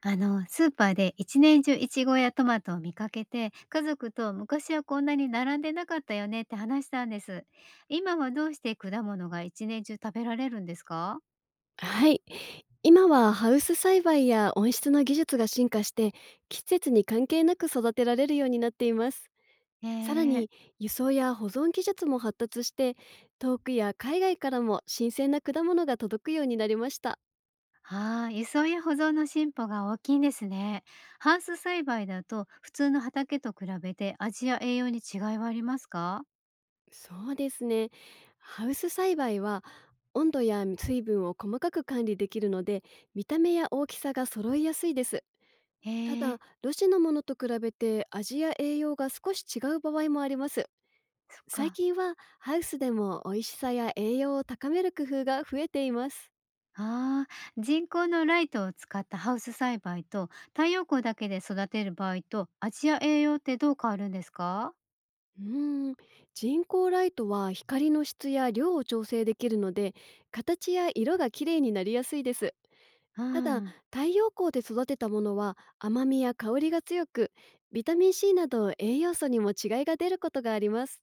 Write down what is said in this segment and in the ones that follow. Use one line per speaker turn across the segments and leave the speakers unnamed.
スーパーで一年中イチゴやトマトを見かけて、家族と昔はこんなに並んでなかったよねって話したんです。今はどうして果物が一年中食べられるんですか？
はい。今はハウス栽培や温室の技術が進化して、季節に関係なく育てられるようになっています。
え
さら
ー、
に輸送や保存技術も発達して、遠くや海外からも新鮮な果物が届くようになりました。
ああ、輸送や保存の進歩が大きいんですね。ハウス栽培だと普通の畑と比べて味や栄養に違いはありますか？
そうですね。ハウス栽培は温度や水分を細かく管理できるので、見た目や大きさが揃いやすいです。
え
た
ー、
だ、ロシのものと比べて味や栄養が少し違う場合もあります。
そっ
最
か。
近はハウスでも美味しさや栄養を高める工夫が増えています。
ああ、人工のライトを使ったハウス栽培と太陽光だけで育てる場合と味や栄養ってどう変わるんですか？
うーん、人工ライトは光の質や量を調整できるので、形や色が綺麗になりやすいです。
う
ただ、
ん。
太陽光で育てたものは甘みや香りが強く、ビタミン C など栄養素にも違いが出ることがあります。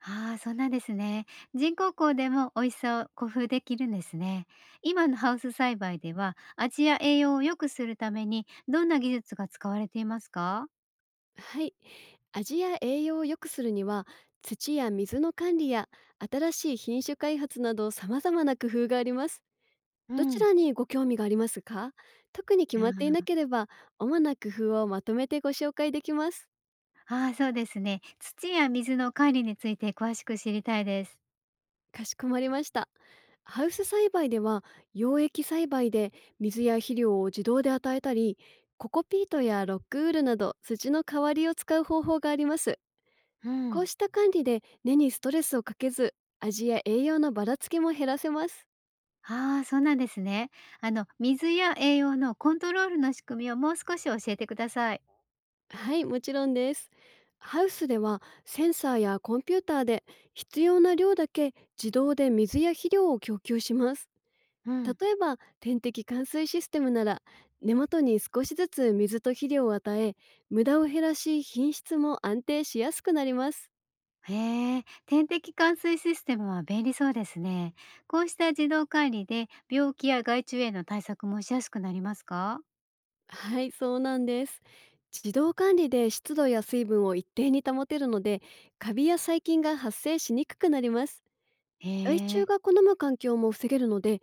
ああ、そうなんですね。人工光でも美味しさを工夫できるんですね。今のハウス栽培では味や栄養を良くするためにどんな技術が使われていますか？
はい、味や栄養を良くするには、土や水の管理や新しい品種開発など様々な工夫があります。
う
どち
ん。
らにご興味がありますか？特に決まっていなければ、主な工夫をまとめてご紹介できます。
ああー、そうですね。土や水の管理について詳しく知りたいです。
かしこまりました。ハウス栽培では、溶液栽培で水や肥料を自動で与えたり、ココピートやロックウールなど土の代わりを使う方法があります。
う
こう
ん。
した管理で根にストレスをかけず、味や栄養のばらつきも減らせます。
ああ、そうなんですね。水や栄養のコントロールの仕組みをもう少し教えてください。
はい、もちろんです。ハウスではセンサーやコンピューターで必要な量だけ自動で水や肥料を供給します。
うん、
例えば点滴灌水システムなら根元に少しずつ水と肥料を与え、無駄を減らし品質も安定しやすくなります。
へえ、点滴灌水システムは便利そうですね。こうした自動管理で病気や害虫への対策もしやすくなりますか？
はい、そうなんです。自動管理で湿度や水分を一定に保てるので、カビや細菌が発生しにくくなります。
へ
害虫
え。
が好む環境も防げるので、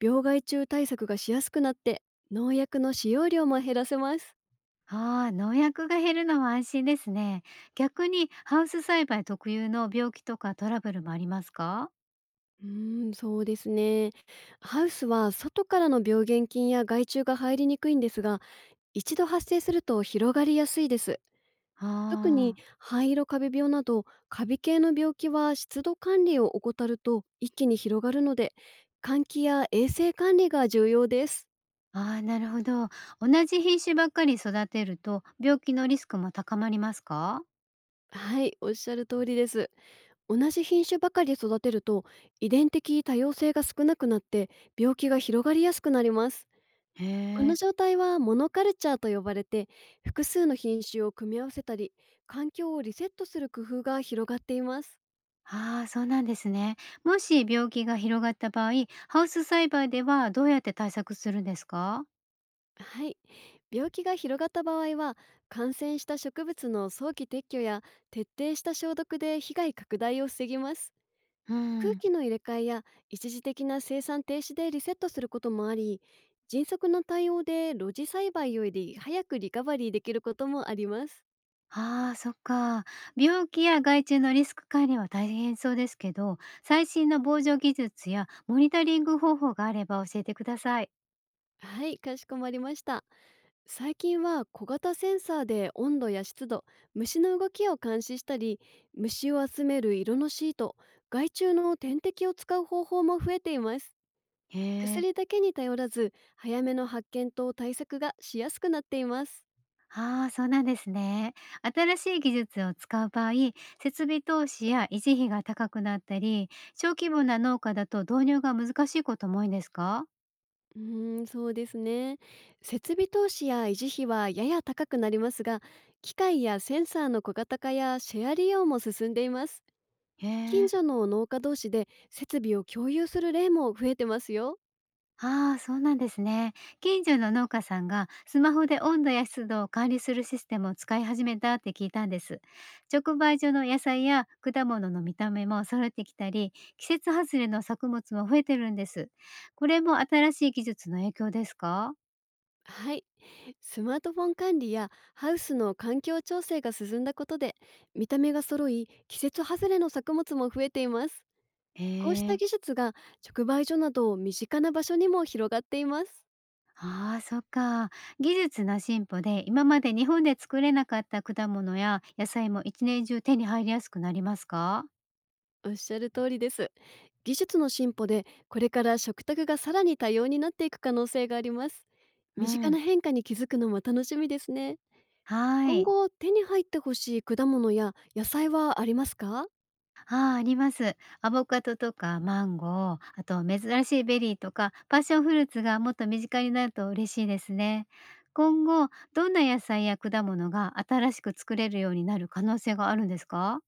病害虫対策がしやすくなって、農薬の使用量も減らせます。
ああ、農薬が減るのは安心ですね。逆にハウス栽培特有の病気とかトラブルもありますか？
そうですね。ハウスは外からの病原菌や害虫が入りにくいんですが、一度発生すると広がりやすいです。特に
ああー。
灰色カビ病などカビ系の病気は湿度管理を怠ると一気に広がるので、換気や衛生管理が重要です。
ああ、なるほど。同じ品種ばっかり育てると病気のリスクも高まりますか？
はい、おっしゃる通りです。同じ品種ばかり育てると遺伝的多様性が少なくなって、病気が広がりやすくなります。
へ
この
え。
状態はモノカルチャーと呼ばれて、複数の品種を組み合わせたり環境をリセットする工夫が広がっています。
ああ、そうなんですね。もし病気が広がった場合、ハウス栽培ではどうやって対策するんですか？
はい、病気が広がった場合は感染した植物の早期撤去や徹底した消毒で被害拡大を防ぎます。
う
空
ん。
気の入れ替えや一時的な生産停止でリセットすることもあり、迅速な対応で露地栽培より早くリカバリーできることもあります。
ああ、そっか。病気や害虫のリスク管理は大変そうですけど、最新の防除技術やモニタリング方法があれば教えてください。
はい、かしこまりました。最近は小型センサーで温度や湿度、虫の動きを監視したり、虫を集める色のシート、害虫の点滴を使う方法も増えています。
へえ。
薬だけに頼らず早めの発見と対策がしやすくなっています。
ああ、そうなんですね。新しい技術を使う場合、設備投資や維持費が高くなったり、小規模な農家だと導入が難しいことも多いんですか？
そうですね。設備投資や維持費はやや高くなりますが、機械やセンサーの小型化やシェア利用も進んでいます。
へ
近
え。
所の農家同士で設備を共有する例も増えてますよ。
ああ、そうなんですね。近所の農家さんがスマホで温度や湿度を管理するシステムを使い始めたって聞いたんです。直売所の野菜や果物の見た目も揃ってきたり、季節外れの作物も増えてるんです。これも新しい技術の影響ですか？
はい。スマートフォン管理やハウスの環境調整が進んだことで、見た目が揃い、季節外れの作物も増えています。
へ
こうした
え。
技術が直売所など身近な場所にも広がっています。
ああ、そっか。技術の進歩で今まで日本で作れなかった果物や野菜も一年中手に入りやすくなりますか？
おっしゃる通りです。技術の進歩でこれから食卓がさらに多様になっていく可能性があります。
う
身近な
ん。
変化に気づくのも楽しみですね。
は
今
い。
後手に入ってほしい果物や野菜はありますか？
ああ、あります。アボカドとかマンゴー、あと珍しいベリーとかパッションフルーツがもっと身近になると嬉しいですね。今後、どんな野菜や果物が新しく作れるようになる可能性があるんですか？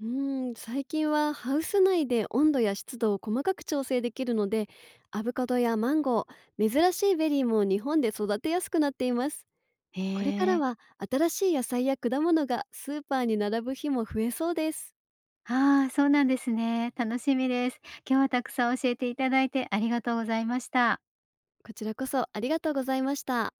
最近はハウス内で温度や湿度を細かく調整できるので、アボカドやマンゴー、珍しいベリーも日本で育てやすくなっています。
へ
これから
え。
は新しい野菜や果物がスーパーに並ぶ日も増えそうです。
ああ、そうなんですね。楽しみです。今日はたくさん教えていただいてありがとうございました。
こちらこそありがとうございました。